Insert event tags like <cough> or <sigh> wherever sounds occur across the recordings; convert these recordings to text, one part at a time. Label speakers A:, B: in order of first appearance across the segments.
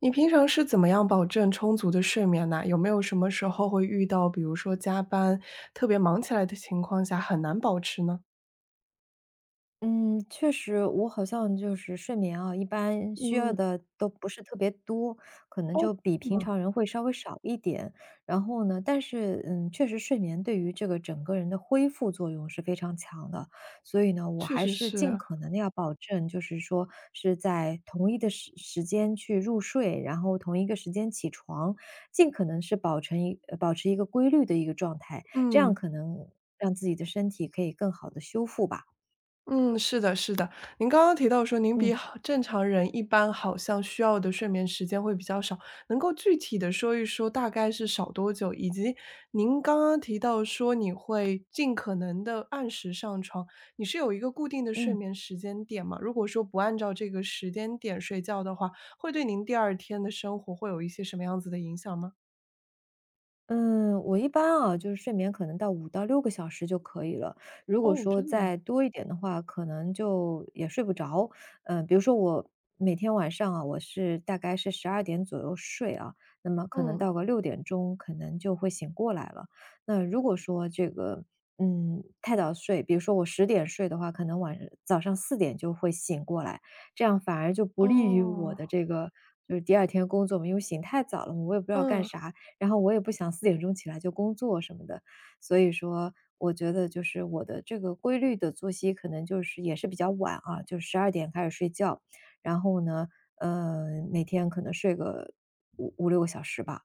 A: 你平常是怎么样保证充足的睡眠呢？有没有什么时候会遇到，比如说加班，特别忙起来的情况下，很难保持呢？
B: 嗯，确实，我好像就是睡眠啊，一般需要的都不是特别多，可能
A: 哦，
B: 就比
A: 是
B: 平
A: 吗？
B: 常人会稍微少一点。然后呢，但是确实睡眠对于这个整个人的恢复作用是非常强的，所以呢，我
A: 确
B: 还
A: 实
B: 是
A: 是
B: 尽
A: 啊。
B: 可能的要保证，就是说是在同一的时间去入睡，然后同一个时间起床，尽可能是保持一个规律的一个状态，这样
A: 嗯。
B: 可能让自己的身体可以更好的修复吧。
A: 嗯，是的，是的。您刚刚提到说，您
B: 嗯。
A: 比好正常人一般好像需要的睡眠时间会比较少，能够具体的说一说大概是少多久？以及您刚刚提到说你会尽可能的按时上床，你是有一个固定的睡
B: 嗯，
A: 眠时间点吗？如果说不按照这个时间点睡觉的话，会对您第二天的生活会有一些什么样子的影响吗？
B: 嗯，我一般啊，就是睡眠可能到5到6个小时就可以了。如果
A: 哦，
B: 说
A: 真的吗？
B: 再多一点的话，可能就也睡不着。嗯，比如说我每天晚上啊，我是大概是十二点左右睡啊，那么可能
A: 嗯，
B: 到个6点钟可能就会醒过来了。那如果说这个，太早睡，比如说我10点睡的话，可能晚早上四点就会醒过来，这样反而就不利于我
A: 哦，
B: 的这个就是第二天工作嘛，因为醒太早了，我也不知道干
A: 嗯。
B: 啥，然后我也不想4点钟起来就工作什么的。所以说我觉得就是我的这个规律的作息可能就是也是比较晚啊，就十二点开始睡觉，然后呢，呃，每天可能睡个五六个小时吧。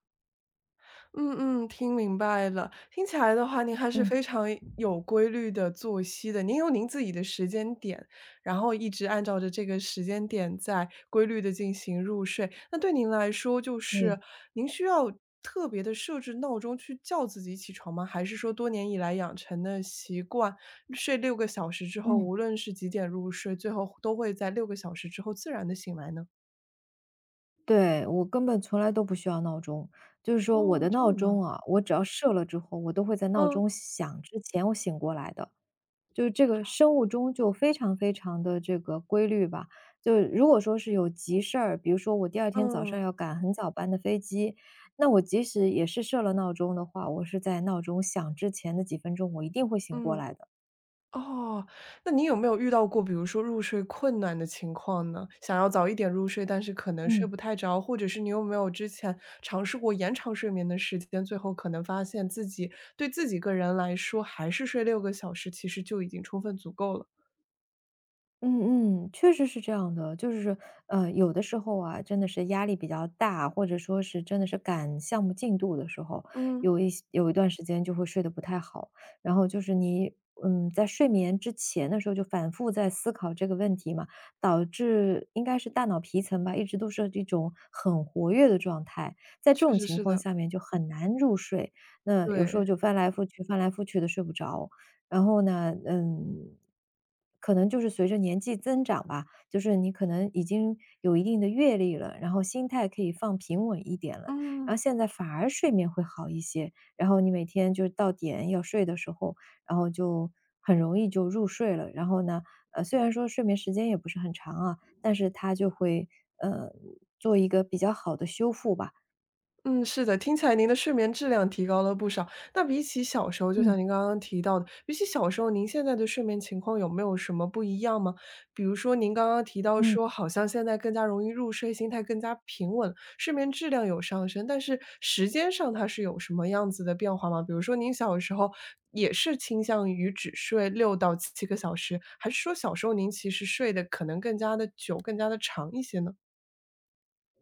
A: 嗯嗯，听明白了。听起来的话，您还是
B: 嗯，
A: 非常有规律的作息的。您有您自己的时间点，然后一直按照着这个时间点在规律的进行入睡。那对您来说，就
B: 对，
A: 是您需要特别的设置闹钟去叫自己起床吗？还是说多年以来养成的习惯，睡六个小时之后，
B: 嗯。
A: 无论是几点入睡，最后都会在六个小时之后自然的醒来呢？
B: 对，我根本从来都不需要闹钟。就是说我
A: 哦，
B: 的
A: 真
B: 闹
A: 的吗？
B: 钟啊，我只要设了之后，我都会在闹钟
A: 嗯
B: 响之前我醒过来的。就是这个生物钟就非常非常的这个规律吧。就如果说是有急事儿，比如说我第二天早上
A: 嗯
B: 要赶很早班的飞机，那我即使也是设了闹钟的话，我是在闹钟响之前的几分钟，我一定会醒过
A: 嗯。
B: 来的。
A: 哦，那你有没有遇到过，比如说入睡困难的情况呢？想要早一点入睡，但是可能睡
B: 嗯。
A: 不太着，或者是你有没有之前尝试过延长睡眠的时间，最后可能发现自己对自己个人来说，还是睡六个小时，其实就已经充分足够了。
B: 嗯嗯，确实是这样的，就是，有的时候啊，真的是压力比较大，或者说是真的是赶项目进度的时候，
A: 嗯，
B: 有一段时间就会睡得不太好，然后就是你，在睡眠之前的时候就反复在思考这个问题嘛，导致应该是大脑皮层吧，一直都是这种很活跃的状态，在这
A: 确
B: 种
A: 实
B: 情
A: 是
B: 况
A: 的，
B: 下面就很难入睡，那有时候
A: 对，
B: 就翻来覆去、翻来覆去的睡不着，然后呢，嗯，可能就是随着年纪增长吧，就是你可能已经有一定的阅历了，然后心态可以放平稳一点了，然后
A: 嗯。
B: 现在反而睡眠会好一些，然后你每天就是到点要睡的时候，然后就很容易就入睡了。然后呢，虽然说睡眠时间也不是很长啊，但是它就会呃做一个比较好的修复吧。
A: 嗯，是的，听起来您的睡眠质量提高了不少。那比起小时候，就
B: 嗯
A: 像您刚刚提到的，比起小时候，您现在的睡眠情况有没有什么不一样吗？比如说您刚刚提到
B: 嗯。
A: 说，好像现在更加容易入睡，心态更加平稳，睡眠质量有上升，但是时间上它是有什么样子的变化吗？比如说您小时候也是倾向于只睡6到7个小时，还是说小时候您其实睡得可能更加的久，更加的长一些呢？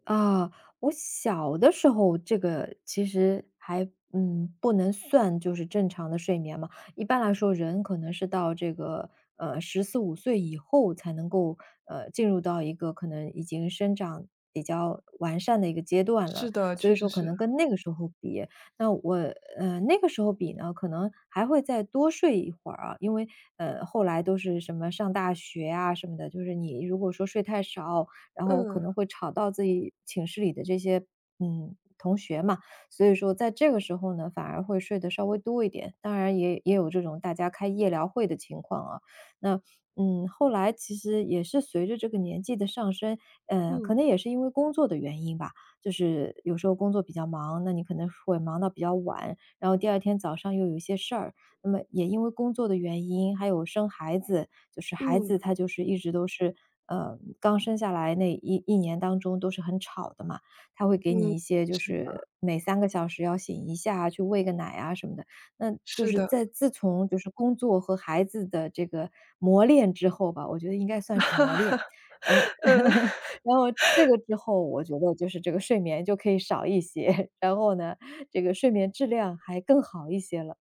B: 啊，我小的时候这个其实还，不能算就是正常的睡眠嘛。一般来说，人可能是到这个，14、15岁以后才能够，进入到一个可能已经生长比较完善的一个阶段了。
A: 是的，
B: 所以
A: 确
B: 说
A: 实
B: 可
A: 是，
B: 能跟那个时候比，那我，那个时候比呢，可能还会再多睡一会儿啊。因为，后来都是什么上大学啊什么的，就是你如果说睡太少，然后可
A: 嗯
B: 能会吵到自己寝室里的这些同学嘛。所以说在这个时候呢，反而会睡得稍微多一点。当然也有这种大家开夜聊会的情况啊。那嗯，后来其实也是随着这个年纪的上升，可
A: 嗯
B: 能也是因为工作的原因吧，就是有时候工作比较忙，那你可能会忙到比较晚，然后第二天早上又有一些事儿，那么也因为工作的原因，还有生孩子，就是孩
A: 嗯。
B: 子他就是一直都是，刚生下来那一年当中都是很吵的嘛，他会给
A: 嗯，
B: 你一些就
A: 是的，
B: 是每3个小时要醒一下，去喂个奶啊什么的。那就
A: 是
B: 是
A: 的，
B: 在自从就是工作和孩子的这个磨练之后吧，我觉得应该算是磨练，然后
A: 呃，
B: <laughs>
A: <laughs>
B: 然后这个之后，我觉得就是这个睡眠就可以少一些，<laughs> 然后呢，这个睡眠质量还更好一些了，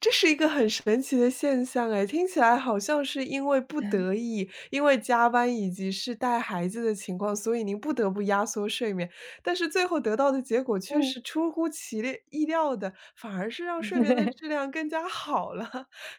A: 这是一个很神奇的现象哎，听起来好像是因为不得已，因为加班以及是带孩子的情况，所以您不得不压缩睡眠，但是最后得到的结果却
B: 嗯。
A: 是出乎其列意料的，反而是让睡眠的质量更加好了。<laughs>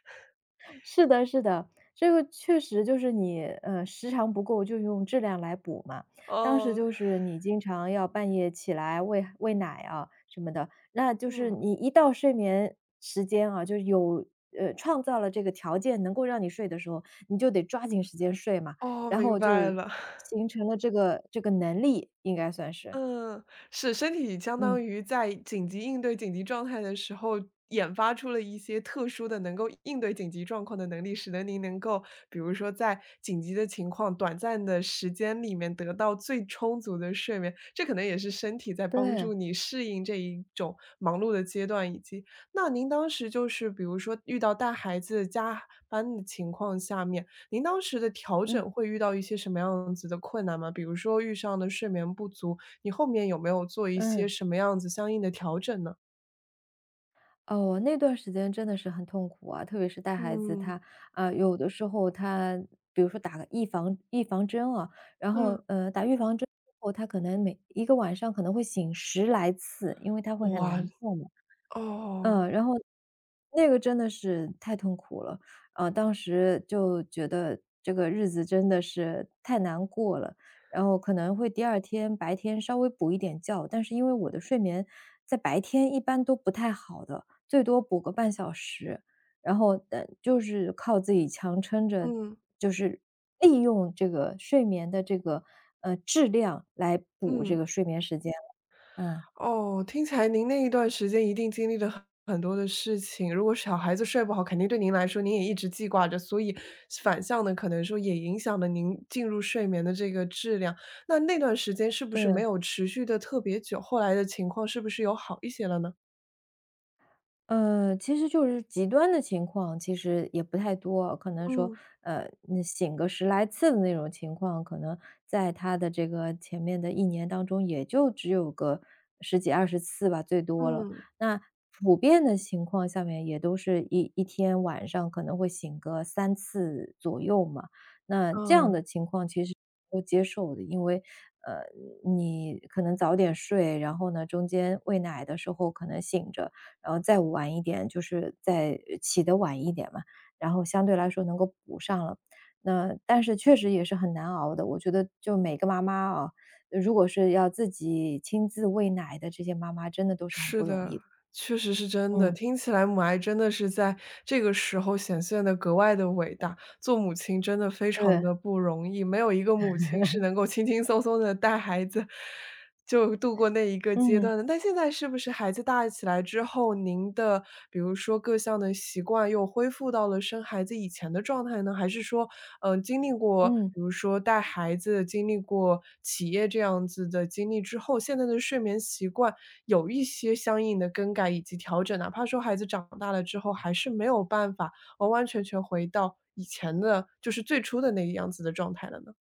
B: 是的，是的，这个确实就是你，时长不够就用质量来补嘛。当时
A: 哦，
B: 就是你经常要半夜起来喂奶啊什么的，那就是
A: 嗯，
B: 你一到睡眠时间啊，就有创造了这个条件能够让你睡的时候，你就得抓紧时间睡嘛，
A: 哦，
B: 然
A: 明
B: 后就
A: 白了。
B: 形成了这个能力，应该算是。
A: 嗯，是，身体相
B: 嗯，
A: 当于在紧急应对紧急状态的时候，研发出了一些特殊的能够应对紧急状况的能力，使得您能够比如说在紧急的情况、短暂的时间里面得到最充足的睡眠，这可能也是身体在帮
B: 对，
A: 助你适应这一种忙碌的阶段，以及那您当时就是比如说遇到带孩子加班的情况下面，您当时的调
B: 嗯，
A: 整会遇到一些什么样子的困难吗？比如说遇上的睡眠不足。你后面有没有做一些
B: 嗯。
A: 什么样子相应的调整呢？
B: 哦，那段时间真的是很痛苦啊，特别是带孩子，
A: 嗯，
B: 他啊、有的时候他比如说打个预防针啊，然
A: 嗯。
B: 后打预防针之后，他可能每一个晚上可能会醒十来次，因为他会很难
A: 哇，
B: 受嘛。
A: 哦，
B: 嗯，然后那个真的是太痛苦了，当时就觉得这个日子真的是太难过了，然后可能会第二天白天稍微补一点觉，但是因为我的睡眠在白天一般都不太好的，最多补个半小时，然后，就是靠自己强撑着，
A: 嗯。
B: 就是利用这个睡眠的这个，质量来补这
A: 嗯，
B: 个睡眠时间嗯，
A: 哦，听起来您那一段时间一定经历了很很多的事情，如果小孩子睡不好，肯定对您来说您也一直记挂着，所以反向的可能说也影响了您进入睡眠的这个质量。那那段时间是不是没
B: 对。
A: 有持续的特别久，后来的情况是不是有好一些了呢？
B: 其实就是极端的情况，其实也不太多，可能说，
A: 嗯，
B: 你醒个十来次的那种情况，可能在他的这个前面的一年当中，也就只有个10几20次吧，最多了。
A: 嗯。
B: 那普遍的情况下面也都是一天晚上可能会醒个3次左右嘛，那这样
A: 嗯。
B: 的情况其实都接受的，因为，呃，你可能早点睡，然后呢，中间喂奶的时候可能醒着，然后再晚一点，就是再起得晚一点嘛，然后相对来说能够补上了。那但是确实也是很难熬的，我觉得就每个妈妈啊，如果是要自己亲自喂奶的这些妈妈，真的都是很不
A: 是
B: 容
A: 的，
B: 易的。
A: 确实是真的。
B: 嗯，
A: 听起来母爱真的是在这个时候显现的格外的伟大，做母亲真的非常
B: 对，
A: 的不容易，没有一个母亲是能够轻轻松松的带孩子就度过那一个阶
B: 嗯。
A: 段的。但现在是不是孩子大起来之后，您的比如说各项的习惯又恢复到了生孩子以前的状态呢？还是说，嗯、经历过
B: 嗯嗯。
A: 比如说带孩子、经历过企业这样子的经历之后，现在的睡眠习惯有一些相应的更改以及调整，哪怕说孩子长大了之后，还是没有办法完完全全回到以前的，就是最初的那个样子的状态了呢？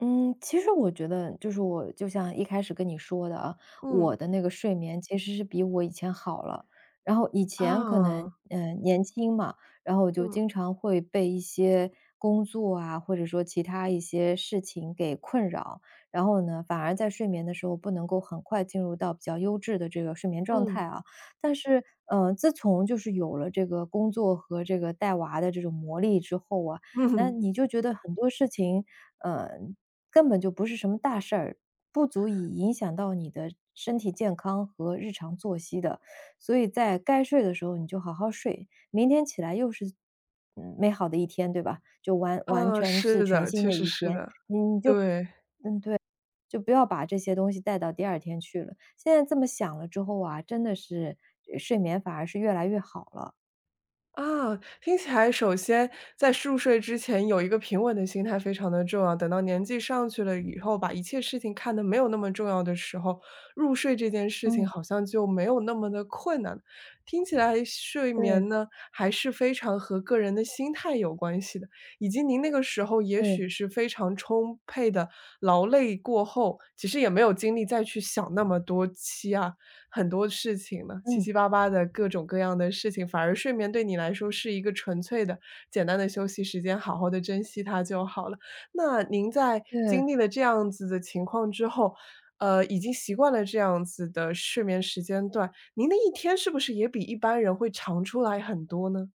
B: 嗯，其实我觉得就是我就像一开始跟你说的啊，
A: 嗯。
B: 我的那个睡眠其实是比我以前好了。然后以前可能，
A: 啊，
B: 年轻嘛，然后我就
A: 嗯
B: 经常会被一些工作啊，或者说其他一些事情给困扰，然后呢，反而在睡眠的时候不能够很快进入到比较优质的这个睡眠状态
A: 嗯
B: 啊。但是，自从就是有了这个工作和这个带娃的这种磨砺之后啊，
A: <laughs>
B: 那
A: 嗯。
B: 你就觉得很多事情，嗯。根本就不是什么大事儿，不足以影响到你的身体健康和日常作息的。所以在该睡的时候你就好好睡，明天起来又是嗯，美好的一天，对吧？就完完
A: 啊，
B: 全是
A: 是
B: 全
A: 的，
B: 新
A: 确
B: 的
A: 实
B: 一
A: 是
B: 天，
A: 的，
B: 你就
A: 对。
B: 不要把这些东西带到第二天去了。现在这么想了之后啊，真的是，睡眠反而是越来越好了。
A: 啊，听起来首先在入睡之前有一个平稳的心态非常的重要，等到年纪上去了以后，把一切事情看得没有那么重要的时候，入睡这件事情
B: 嗯，
A: 好像就没有那么的困难了。听起来睡
B: 对，
A: 眠呢，还是非常和个人的心态有关系的，以及您那个时候也
B: 对，
A: 许是非常充沛的劳累过后，其实也没有精力再去想那么多期啊。很多事情呢，七
B: 嗯，
A: 七八八的各种各样的事情，反而睡眠对你来说是一个纯粹的、简单的休息时间，好好的珍惜它就好了。那您在
B: 对。
A: 经历了这样子的情况之后，已经习惯了这样子的睡眠时间段，您的一天是不是也比一般人会长出来很多呢？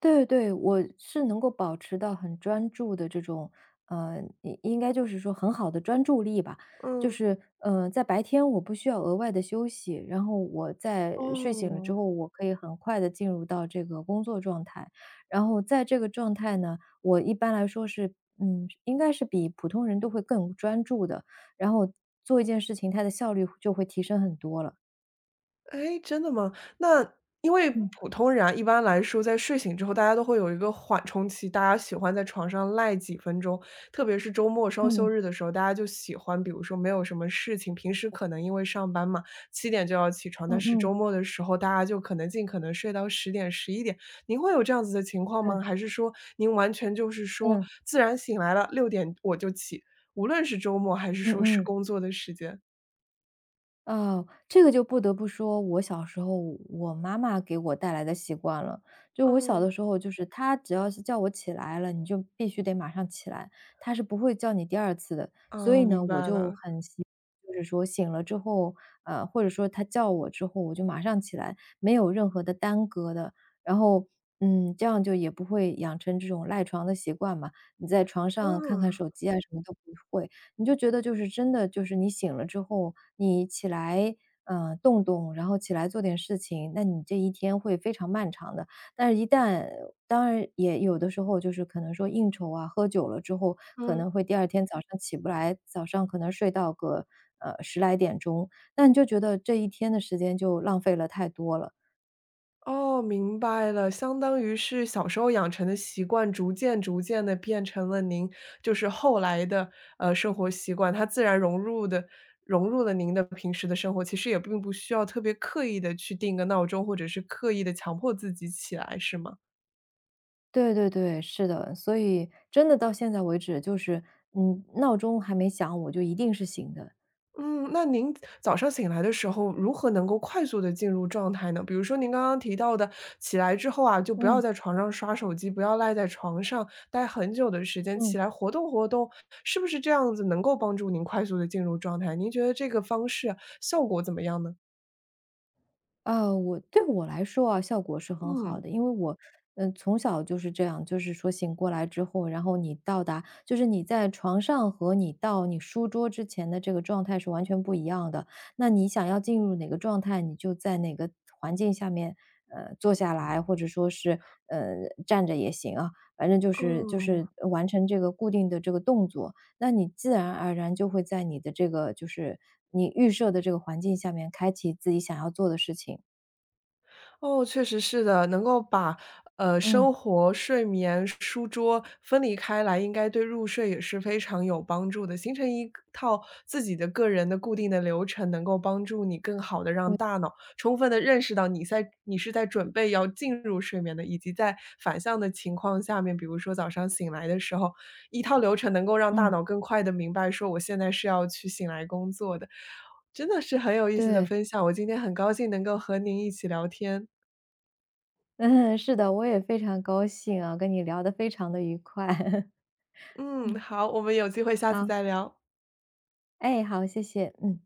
B: 对对，我是能够保持到很专注的这种，应该就是说很好的专注力吧。就
A: 嗯。
B: 是，在白天我不需要额外的休息，然后我在睡醒了之
A: 哦。
B: 后，我可以很快的进入到这个工作状态。然后在这个状态呢，我一般来说是，应该是比普通人都会更专注的，然后做一件事情，它的效率就会提升很多了。
A: 哎，真的吗？那因为
B: 嗯。
A: 普通人啊，一般来说在睡醒之后，大家都会有一个缓冲期，大家喜欢在床上赖几分钟，特别是周末双休
B: 嗯，
A: 日的时候，大家就喜欢，比如说没有什么事情，平时可能因为上班嘛，7点就要起床，
B: 嗯
A: 但是
B: 嗯，
A: 周末的时候，大家就可能尽可能睡到10点、11点。您会有这样子的情况
B: 对，
A: 吗？还是说您完全就是说
B: 嗯，
A: 自然醒来了，6点我就起，无论是周末还是
B: 嗯
A: 说是
B: 嗯。
A: 工作的时间？
B: 哦，这个就不得不说，我小时候我妈妈给我带来的习惯了。就我小
A: 嗯
B: 的时候，就是她只要是叫我起来了，你就必须得马上起来，她是不会叫你第二次的。所以
A: 嗯，
B: 呢，
A: 明
B: 我
A: 白
B: 就
A: 了，
B: 很就是说醒了之后，或者说她叫我之后，我就马上起来，没有任何的耽搁的。然后，这样就也不会养成这种赖床的习惯嘛，你在床上看看
A: 嗯。
B: 手机啊，什么都不会。你就觉得就是真的就是你醒了之后，你起来，动动，然后起来做点事情，那你这一天会非常漫长的。但是一旦当然也有的时候就是可能说应酬啊，喝酒了之后，可
A: 嗯，
B: 能会第二天早上起不来，早上可能睡到个，10来点钟，那你就觉得这一天的时间就浪费了太多了。
A: 哦，明白了，相当于是小时候养成的习惯，逐渐逐渐的变成了您就是后来的，生活习惯，它自然融入的融入了您的平时的生活，其实也并不需要特别刻意的去定个闹钟，或者是刻意的强迫自己起来，是吗？
B: 对对对，是的，所以真的到现在为止，就是，闹钟还没响，我就一定是醒的。
A: 嗯，那您早上醒来的时候，如何能够快速的进入状态呢？比如说您刚刚提到的，起来之后啊，就不要
B: 嗯，
A: 在床上刷手机，不要赖在床上待很久的时间，
B: 嗯。
A: 起来活动活动，是不是这样子能够帮助您快速的进入状态？您觉得这个方式啊效果怎么样呢？
B: 啊，我对我来说啊，效果是很好
A: 嗯，
B: 的，因为我，从小就是这样，就是说醒过来之后，然后你到达，就是你在床上和你到你书桌之前的这个状态是完全不一样的。那你想要进入哪个状态，你就在哪个环境下面，坐下来，或者说是呃站着也行啊，反正就是
A: 嗯。
B: 完成这个固定的这个动作。那你自然而然就会在你的这个你预设的这个环境下面，开启自己想要做的事情。
A: 哦，确实是的，能够把
B: 嗯
A: 生活、睡眠、书桌分离开来，应该对入睡也是非常有帮助的。形成一个套自己的个人的固定的流程，能够帮助你更好的让大脑充分的认识到你在你是在准备要进入睡眠的，以及在反向的情况下面，比如说早上醒来的时候，一套流程能够让大
B: 嗯。
A: 脑更快的明白说我现在是要去醒来工作的，真的是很有意思的
B: 对，
A: 分享。我今天很高兴能够和您一起聊天。
B: <laughs> 嗯，是的，我也非常高兴啊，跟你聊得非常的愉快。<laughs>
A: 嗯，
B: 嗯。
A: 好，我们有机会下次
B: 好，
A: 再聊。
B: 哎，好，谢谢，嗯。